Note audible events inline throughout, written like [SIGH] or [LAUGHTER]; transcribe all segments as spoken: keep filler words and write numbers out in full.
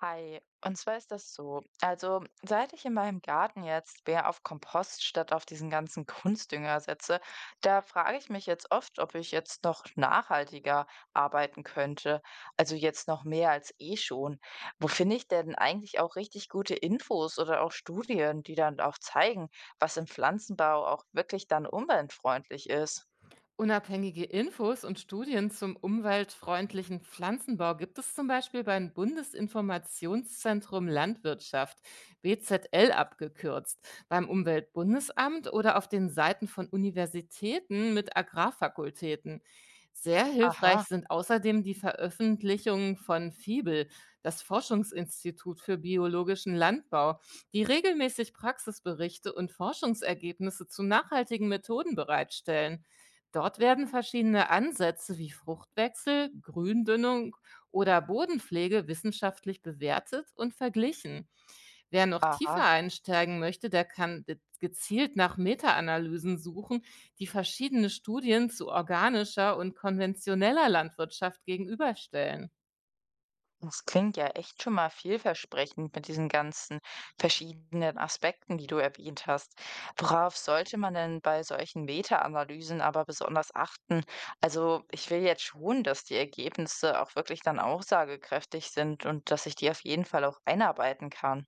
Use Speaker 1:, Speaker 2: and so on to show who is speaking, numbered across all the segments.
Speaker 1: Hi, und zwar ist das so. Also, seit ich in meinem Garten jetzt mehr auf Kompost statt auf diesen ganzen [LAUGHS] Kunstdünger setze, da frage ich mich jetzt oft, ob ich jetzt noch nachhaltiger arbeiten könnte. Also jetzt noch mehr als eh schon. Wo finde ich denn eigentlich auch richtig gute Infos oder auch Studien, die dann auch zeigen, was im Pflanzenbau auch wirklich dann umweltfreundlich ist?
Speaker 2: Unabhängige Infos und Studien zum umweltfreundlichen Pflanzenbau gibt es zum Beispiel beim Bundesinformationszentrum Landwirtschaft, B Z L abgekürzt, beim Umweltbundesamt oder auf den Seiten von Universitäten mit Agrarfakultäten. Sehr hilfreich
Speaker 1: Aha,
Speaker 2: sind außerdem die Veröffentlichungen von FIBEL, das Forschungsinstitut für biologischen Landbau, die regelmäßig Praxisberichte und Forschungsergebnisse zu nachhaltigen Methoden bereitstellen. Dort werden verschiedene Ansätze wie Fruchtwechsel, Gründünnung oder Bodenpflege wissenschaftlich bewertet und verglichen. Wer noch tiefer
Speaker 1: aha.
Speaker 2: einsteigen möchte, der kann de- gezielt nach Meta-Analysen suchen, die verschiedene Studien zu organischer und konventioneller Landwirtschaft gegenüberstellen.
Speaker 1: Das klingt ja echt schon mal vielversprechend mit diesen ganzen verschiedenen Aspekten, die du erwähnt hast. Worauf sollte man denn bei solchen Meta-Analysen aber besonders achten? Also ich will jetzt schon, dass die Ergebnisse auch wirklich dann aussagekräftig sind und dass ich die auf jeden Fall auch einarbeiten kann.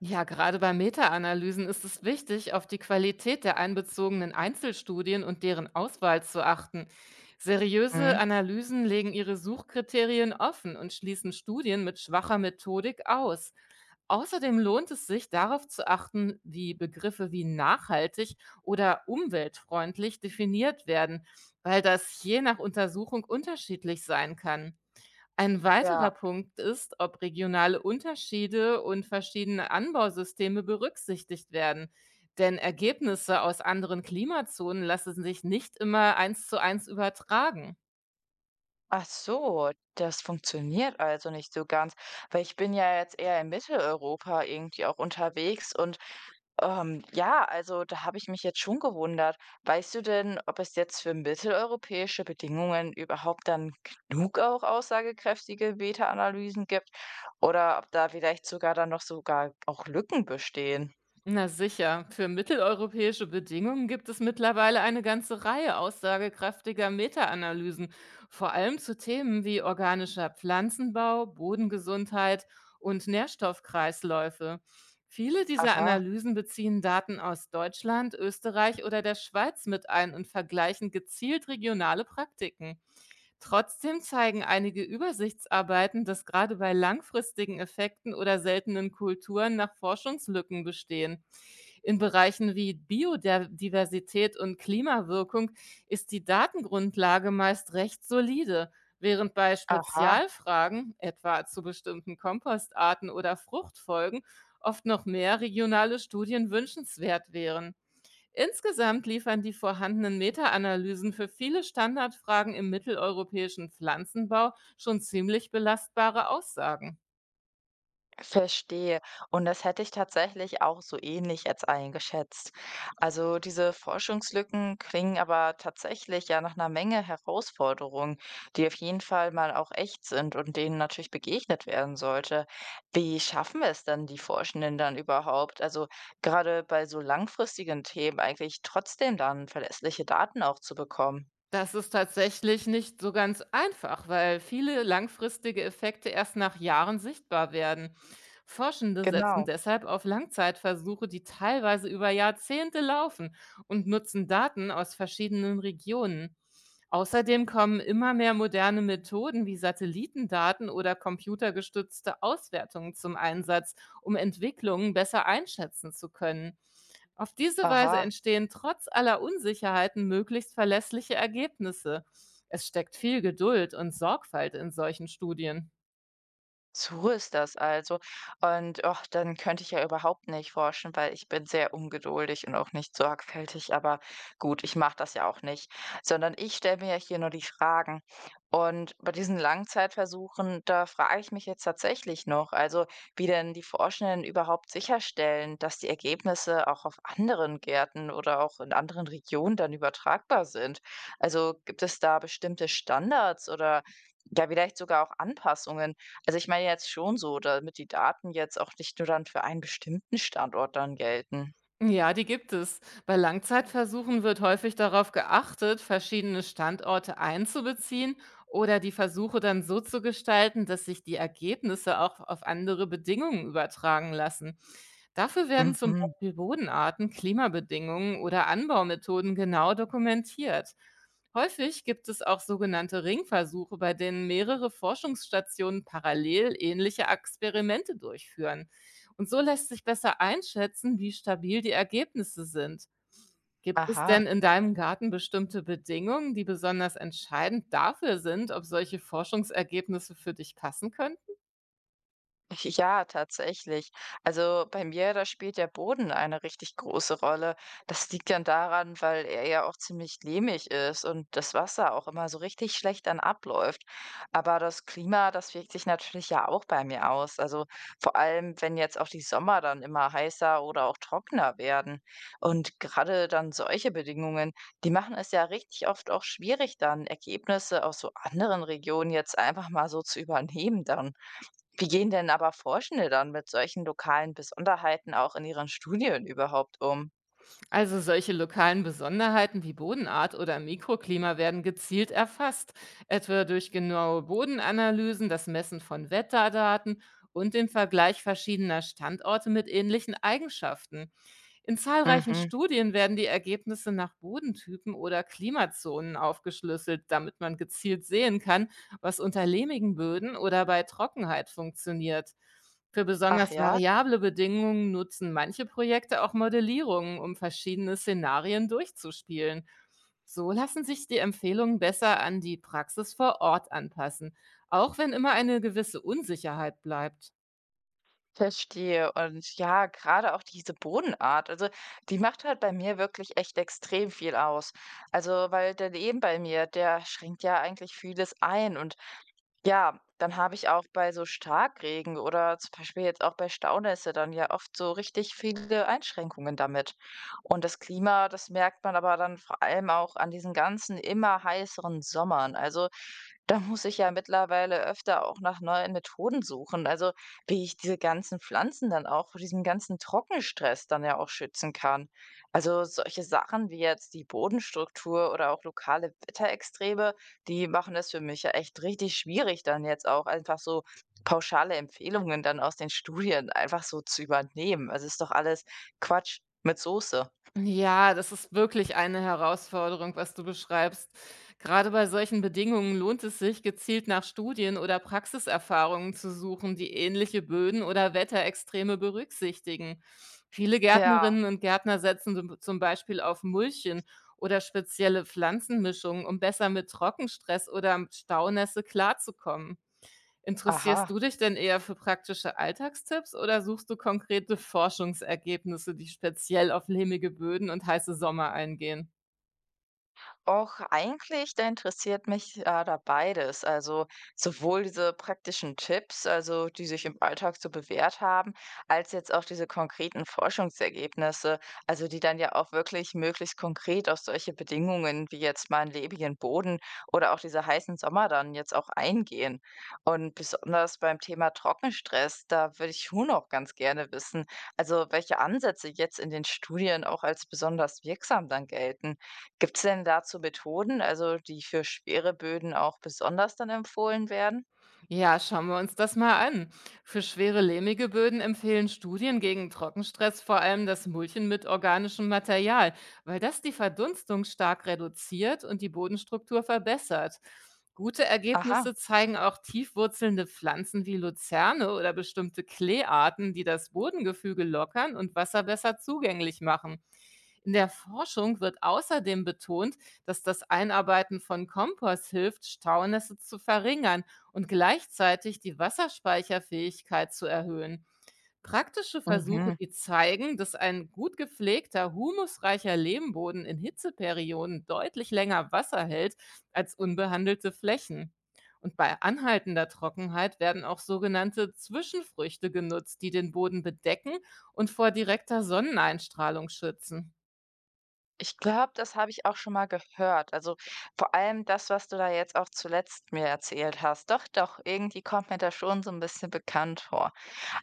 Speaker 2: Ja, gerade bei Meta-Analysen ist es wichtig, auf die Qualität der einbezogenen Einzelstudien und deren Auswahl zu achten. Seriöse
Speaker 1: Mhm.
Speaker 2: Analysen legen ihre Suchkriterien offen und schließen Studien mit schwacher Methodik aus. Außerdem lohnt es sich, darauf zu achten, wie Begriffe wie nachhaltig oder umweltfreundlich definiert werden, weil das je nach Untersuchung unterschiedlich sein kann. Ein weiterer
Speaker 1: Ja,
Speaker 2: Punkt ist, ob regionale Unterschiede und verschiedene Anbausysteme berücksichtigt werden. Denn Ergebnisse aus anderen Klimazonen lassen sich nicht immer eins zu eins übertragen.
Speaker 1: ach so, das funktioniert also nicht so ganz, weil ich bin ja jetzt eher in Mitteleuropa irgendwie auch unterwegs und Ähm, ja, also da habe ich mich jetzt schon gewundert. Weißt du denn, ob es jetzt für mitteleuropäische Bedingungen überhaupt dann genug auch aussagekräftige Beta-Analysen gibt oder ob da vielleicht sogar dann noch sogar auch Lücken bestehen?
Speaker 2: Na sicher, für mitteleuropäische Bedingungen gibt es mittlerweile eine ganze Reihe aussagekräftiger Meta-Analysen, vor allem zu Themen wie organischer Pflanzenbau, Bodengesundheit und Nährstoffkreisläufe. Viele dieser
Speaker 1: Aha,
Speaker 2: Analysen beziehen Daten aus Deutschland, Österreich oder der Schweiz mit ein und vergleichen gezielt regionale Praktiken. Trotzdem zeigen einige Übersichtsarbeiten, dass gerade bei langfristigen Effekten oder seltenen Kulturen nach Forschungslücken bestehen. In Bereichen wie Biodiversität und Klimawirkung ist die Datengrundlage meist recht solide, während bei
Speaker 1: aha.
Speaker 2: Spezialfragen, etwa zu bestimmten Kompostarten oder Fruchtfolgen, oft noch mehr regionale Studien wünschenswert wären. Insgesamt liefern die vorhandenen Meta-Analysen für viele Standardfragen im mitteleuropäischen Pflanzenbau schon ziemlich belastbare Aussagen.
Speaker 1: Verstehe. Und das hätte ich tatsächlich auch so ähnlich jetzt eingeschätzt. Also diese Forschungslücken klingen aber tatsächlich ja nach einer Menge Herausforderungen, die auf jeden Fall mal auch echt sind und denen natürlich begegnet werden sollte. Wie schaffen wir es denn, die Forschenden dann überhaupt, also gerade bei so langfristigen Themen eigentlich trotzdem dann verlässliche Daten auch zu bekommen?
Speaker 2: Das ist tatsächlich nicht so ganz einfach, weil viele langfristige Effekte erst nach Jahren sichtbar werden. Forschende setzen
Speaker 1: Genau.
Speaker 2: deshalb auf Langzeitversuche, die teilweise über Jahrzehnte laufen und nutzen Daten aus verschiedenen Regionen. Außerdem kommen immer mehr moderne Methoden wie Satellitendaten oder computergestützte Auswertungen zum Einsatz, um Entwicklungen besser einschätzen zu können. Auf diese Weise
Speaker 1: Aha.
Speaker 2: entstehen trotz aller Unsicherheiten möglichst verlässliche Ergebnisse. Es steckt viel Geduld und Sorgfalt in solchen Studien.
Speaker 1: So ist das also. Und och, dann könnte ich ja überhaupt nicht forschen, weil ich bin sehr ungeduldig und auch nicht sorgfältig. Aber gut, ich mache das ja auch nicht, sondern ich stelle mir ja hier nur die Fragen. Und bei diesen Langzeitversuchen, da frage ich mich jetzt tatsächlich noch, also wie denn die Forschenden überhaupt sicherstellen, dass die Ergebnisse auch auf anderen Gärten oder auch in anderen Regionen dann übertragbar sind. Also gibt es da bestimmte Standards oder ja vielleicht sogar auch Anpassungen? Also ich meine jetzt schon so, damit die Daten jetzt auch nicht nur dann für einen bestimmten Standort dann gelten.
Speaker 2: Ja, die gibt es. Bei Langzeitversuchen wird häufig darauf geachtet, verschiedene Standorte einzubeziehen oder die Versuche dann so zu gestalten, dass sich die Ergebnisse auch auf andere Bedingungen übertragen lassen. Dafür werden zum
Speaker 1: Mhm.
Speaker 2: Beispiel Bodenarten, Klimabedingungen oder Anbaumethoden genau dokumentiert. Häufig gibt es auch sogenannte Ringversuche, bei denen mehrere Forschungsstationen parallel ähnliche Experimente durchführen. Und so lässt sich besser einschätzen, wie stabil die Ergebnisse sind. Gibt es denn
Speaker 1: Aha.
Speaker 2: in deinem Garten bestimmte Bedingungen, die besonders entscheidend dafür sind, ob solche Forschungsergebnisse für dich passen können?
Speaker 1: [LAUGHS] Ja, tatsächlich. Also bei mir, da spielt der Boden eine richtig große Rolle. Das liegt dann daran, weil er ja auch ziemlich lehmig ist und das Wasser auch immer so richtig schlecht dann abläuft. Aber das Klima, das wirkt sich natürlich ja auch bei mir aus. Also vor allem, wenn jetzt auch die Sommer dann immer heißer oder auch trockener werden. Und gerade dann solche Bedingungen, die machen es ja richtig oft auch schwierig, dann Ergebnisse aus so anderen Regionen jetzt einfach mal so zu übernehmen dann. Wie gehen denn aber Forschende dann mit solchen lokalen Besonderheiten auch in ihren Studien überhaupt um?
Speaker 2: Also solche lokalen Besonderheiten wie Bodenart oder Mikroklima werden gezielt erfasst, etwa durch genaue Bodenanalysen, das Messen von Wetterdaten und den Vergleich verschiedener Standorte mit ähnlichen Eigenschaften. In zahlreichen
Speaker 1: Mhm.
Speaker 2: Studien werden die Ergebnisse nach Bodentypen oder Klimazonen aufgeschlüsselt, damit man gezielt sehen kann, was unter lehmigen Böden oder bei Trockenheit funktioniert. Für
Speaker 1: Ach
Speaker 2: besonders
Speaker 1: ja,
Speaker 2: variable Bedingungen nutzen manche Projekte auch Modellierungen, um verschiedene Szenarien durchzuspielen. So lassen sich die Empfehlungen besser an die Praxis vor Ort anpassen, auch wenn immer eine gewisse Unsicherheit bleibt.
Speaker 1: verstehe. Und ja, gerade auch diese Bodenart, also die macht halt bei mir wirklich echt extrem viel aus. Also, weil der Leben bei mir, der schränkt ja eigentlich vieles ein und ja, dann habe ich auch bei so Starkregen oder zum Beispiel jetzt auch bei Staunässe dann ja oft so richtig viele Einschränkungen damit. Und das Klima, das merkt man aber dann vor allem auch an diesen ganzen immer heißeren Sommern. Also da muss ich ja mittlerweile öfter auch nach neuen Methoden suchen. Also wie ich diese ganzen Pflanzen dann auch vor diesem ganzen Trockenstress dann ja auch schützen kann. Also solche Sachen wie jetzt die Bodenstruktur oder auch lokale Wetterextreme, die machen das für mich ja echt richtig schwierig, dann jetzt auch einfach so pauschale Empfehlungen dann aus den Studien einfach so zu übernehmen. Also ist doch alles Quatsch mit Soße.
Speaker 2: Ja, das ist wirklich eine Herausforderung, was du beschreibst. Gerade bei solchen Bedingungen lohnt es sich, gezielt nach Studien oder Praxiserfahrungen zu suchen, die ähnliche Böden oder Wetterextreme berücksichtigen. Viele
Speaker 1: Ja,
Speaker 2: Gärtnerinnen und Gärtner setzen zum zum Beispiel auf Mulchen oder spezielle Pflanzenmischungen, um besser mit Trockenstress oder Staunässe klarzukommen. Interessierst du
Speaker 1: aha.
Speaker 2: dich denn eher für praktische Alltagstipps oder suchst du konkrete Forschungsergebnisse, die speziell auf lehmige Böden und heiße Sommer eingehen?
Speaker 1: Och, eigentlich, da interessiert mich ja da beides. Also sowohl diese praktischen Tipps, also die sich im Alltag so bewährt haben, als jetzt auch diese konkreten Forschungsergebnisse, also die dann ja auch wirklich möglichst konkret auf solche Bedingungen wie jetzt mal einen lebigen Boden oder auch diese heißen Sommer dann jetzt auch eingehen. Und besonders beim Thema Trockenstress, da würde ich schon auch ganz gerne wissen, also welche Ansätze jetzt in den Studien auch als besonders wirksam dann gelten. Gibt es denn dazu Methoden, also die für schwere Böden auch besonders dann empfohlen werden?
Speaker 2: Ja, schauen wir uns das mal an. Für schwere lehmige Böden empfehlen Studien gegen Trockenstress vor allem das Mulchen mit organischem Material, weil das die Verdunstung stark reduziert und die Bodenstruktur verbessert. Gute
Speaker 1: Aha.
Speaker 2: Ergebnisse zeigen auch tiefwurzelnde Pflanzen wie Luzerne oder bestimmte Kleearten, die das Bodengefüge lockern und Wasser besser zugänglich machen. In der Forschung wird außerdem betont, dass das Einarbeiten von Kompost hilft, Staunässe zu verringern und gleichzeitig die Wasserspeicherfähigkeit zu erhöhen. Praktische Versuche,
Speaker 1: Mhm.
Speaker 2: die zeigen, dass ein gut gepflegter, humusreicher Lehmboden in Hitzeperioden deutlich länger Wasser hält als unbehandelte Flächen. Und bei anhaltender Trockenheit werden auch sogenannte Zwischenfrüchte genutzt, die den Boden bedecken und vor direkter Sonneneinstrahlung schützen.
Speaker 1: Ich glaube, das habe ich auch schon mal gehört. Also vor allem das, was du da jetzt auch zuletzt mir erzählt hast. Doch, doch, irgendwie kommt mir das schon so ein bisschen bekannt vor.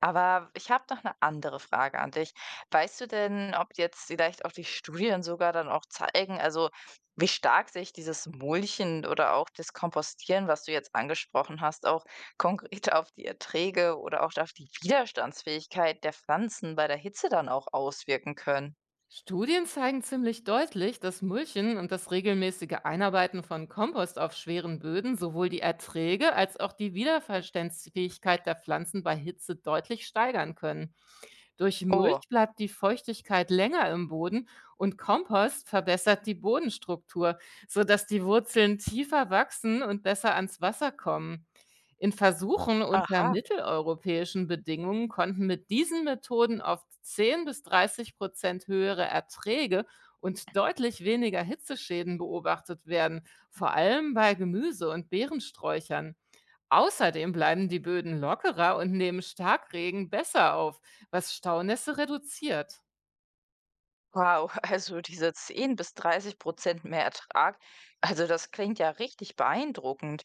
Speaker 1: Aber ich habe noch eine andere Frage an dich. Weißt du denn, ob jetzt vielleicht auch die Studien sogar dann auch zeigen, also wie stark sich dieses Mulchen oder auch das Kompostieren, was du jetzt angesprochen hast, auch konkret auf die Erträge oder auch auf die Widerstandsfähigkeit der Pflanzen bei der Hitze dann auch auswirken können?
Speaker 2: Studien zeigen ziemlich deutlich, dass Mulchen und das regelmäßige Einarbeiten von Kompost auf schweren Böden sowohl die Erträge als auch die Widerstandsfähigkeit der Pflanzen bei Hitze deutlich steigern können. Durch
Speaker 1: Oh,
Speaker 2: Mulch bleibt die Feuchtigkeit länger im Boden und Kompost verbessert die Bodenstruktur, sodass die Wurzeln tiefer wachsen und besser ans Wasser kommen. In Versuchen unter
Speaker 1: aha.
Speaker 2: mitteleuropäischen Bedingungen konnten mit diesen Methoden oft zehn bis dreißig Prozent höhere Erträge und deutlich weniger Hitzeschäden beobachtet werden, vor allem bei Gemüse- und Beerensträuchern. Außerdem bleiben die Böden lockerer und nehmen Starkregen besser auf, was Staunässe reduziert.
Speaker 1: Wow, [LAUGHS] also diese zehn bis dreißig Prozent mehr Ertrag, also das klingt ja richtig beeindruckend.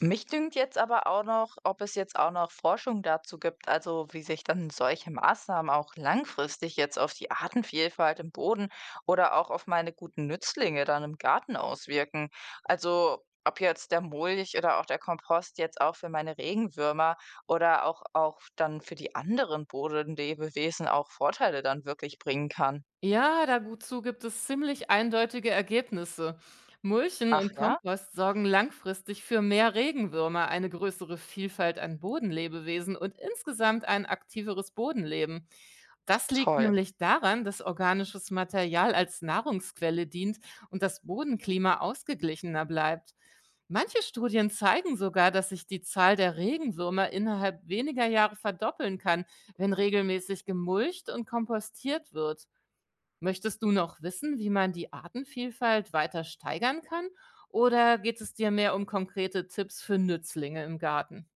Speaker 1: Mich dünkt jetzt aber auch noch, ob es jetzt auch noch Forschung dazu gibt, also wie sich dann solche Maßnahmen auch langfristig jetzt auf die Artenvielfalt im Boden oder auch auf meine guten Nützlinge dann im Garten auswirken. Also ob jetzt der Mulch oder auch der Kompost jetzt auch für meine Regenwürmer oder auch, auch dann für die anderen Bodenlebewesen auch Vorteile dann wirklich bringen kann.
Speaker 2: Ja, dazu gibt es ziemlich eindeutige Ergebnisse. Mulchen
Speaker 1: Ach
Speaker 2: und
Speaker 1: ja,
Speaker 2: Kompost sorgen langfristig für mehr Regenwürmer, eine größere Vielfalt an Bodenlebewesen und insgesamt ein aktiveres Bodenleben. Das liegt
Speaker 1: toll.
Speaker 2: nämlich daran, dass organisches Material als Nahrungsquelle dient und das Bodenklima ausgeglichener bleibt. Manche Studien zeigen sogar, dass sich die Zahl der Regenwürmer innerhalb weniger Jahre verdoppeln kann, wenn regelmäßig gemulcht und kompostiert wird. Möchtest du noch wissen, wie man die Artenvielfalt weiter steigern kann? Oder geht es dir mehr um konkrete Tipps für Nützlinge im Garten?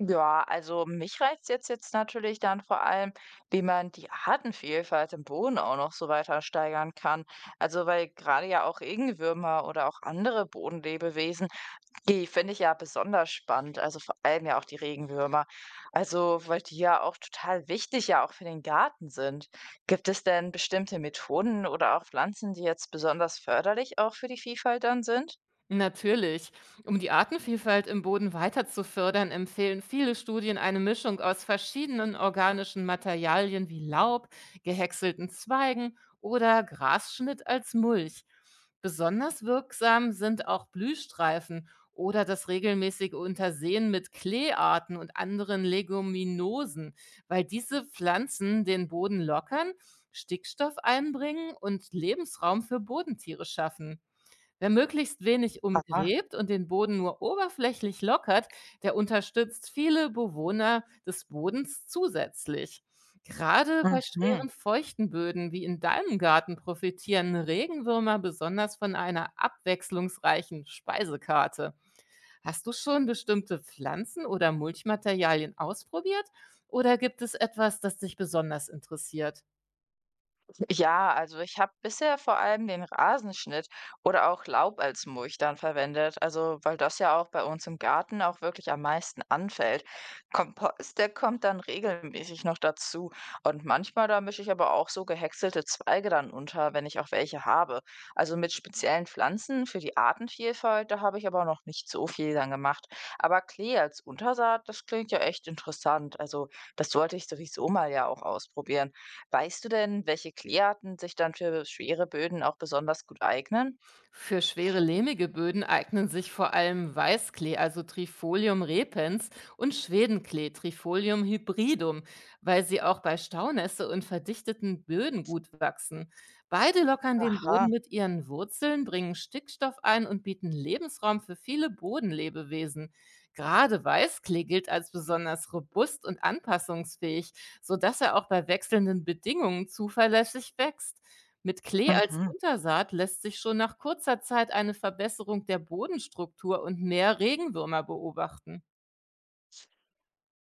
Speaker 1: Ja, also mich reizt jetzt jetzt natürlich dann vor allem, wie man die Artenvielfalt im Boden auch noch so weiter steigern kann. Also weil gerade ja auch Regenwürmer oder auch andere Bodenlebewesen, die finde ich ja besonders spannend. Also vor allem ja auch die Regenwürmer. Also weil die ja auch total wichtig ja auch für den Garten sind. Gibt es denn bestimmte Methoden oder auch Pflanzen, die jetzt besonders förderlich auch für die Vielfalt dann sind?
Speaker 2: Natürlich. Um die Artenvielfalt im Boden weiter zu fördern, empfehlen viele Studien eine Mischung aus verschiedenen organischen Materialien wie Laub, gehäckselten Zweigen oder Grasschnitt als Mulch. Besonders wirksam sind auch Blühstreifen oder das regelmäßige Untersehen mit Kleearten und anderen Leguminosen, weil diese Pflanzen den Boden lockern, Stickstoff einbringen und Lebensraum für Bodentiere schaffen. Wer möglichst wenig
Speaker 1: Ah.
Speaker 2: umgräbt und den Boden nur oberflächlich lockert, der unterstützt viele Bewohner des Bodens zusätzlich. Gerade bei
Speaker 1: Mhm.
Speaker 2: schweren feuchten Böden wie in deinem Garten profitieren Regenwürmer besonders von einer abwechslungsreichen Speisekarte. Hast du schon bestimmte Pflanzen oder Mulchmaterialien ausprobiert oder gibt es etwas, das dich besonders interessiert?
Speaker 1: Ja, also ich habe bisher vor allem den Rasenschnitt oder auch Laub als Mulch dann verwendet. Also, weil das ja auch bei uns im Garten auch wirklich am meisten anfällt. Kompost, der kommt dann regelmäßig noch dazu. Und manchmal, da mische ich aber auch so gehäckselte Zweige dann unter, wenn ich auch welche habe. Also mit speziellen Pflanzen für die Artenvielfalt, da habe ich aber noch nicht so viel dann gemacht. Aber Klee als Untersaat, das klingt ja echt interessant. Also, das sollte ich sowieso mal ja auch ausprobieren. Weißt du denn, welche Kleearten sich dann für schwere Böden auch besonders gut eignen?
Speaker 2: Für schwere lehmige Böden eignen sich vor allem Weißklee, also Trifolium repens, und Schwedenklee, Trifolium hybridum, weil sie auch bei Staunässe und verdichteten Böden gut wachsen. Beide lockern den Boden
Speaker 1: Aha.
Speaker 2: mit ihren Wurzeln, bringen Stickstoff ein und bieten Lebensraum für viele Bodenlebewesen. Gerade Weißklee gilt als besonders robust und anpassungsfähig, sodass er auch bei wechselnden Bedingungen zuverlässig wächst. Mit Klee als
Speaker 1: Mhm.
Speaker 2: Untersaat lässt sich schon nach kurzer Zeit eine Verbesserung der Bodenstruktur und mehr Regenwürmer beobachten.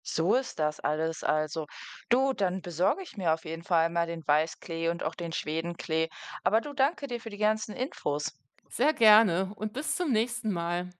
Speaker 1: So ist das alles also. Du, dann besorge ich mir auf jeden Fall mal den Weißklee und auch den Schwedenklee. Aber du, danke dir für die ganzen Infos.
Speaker 2: Sehr gerne und bis zum nächsten Mal.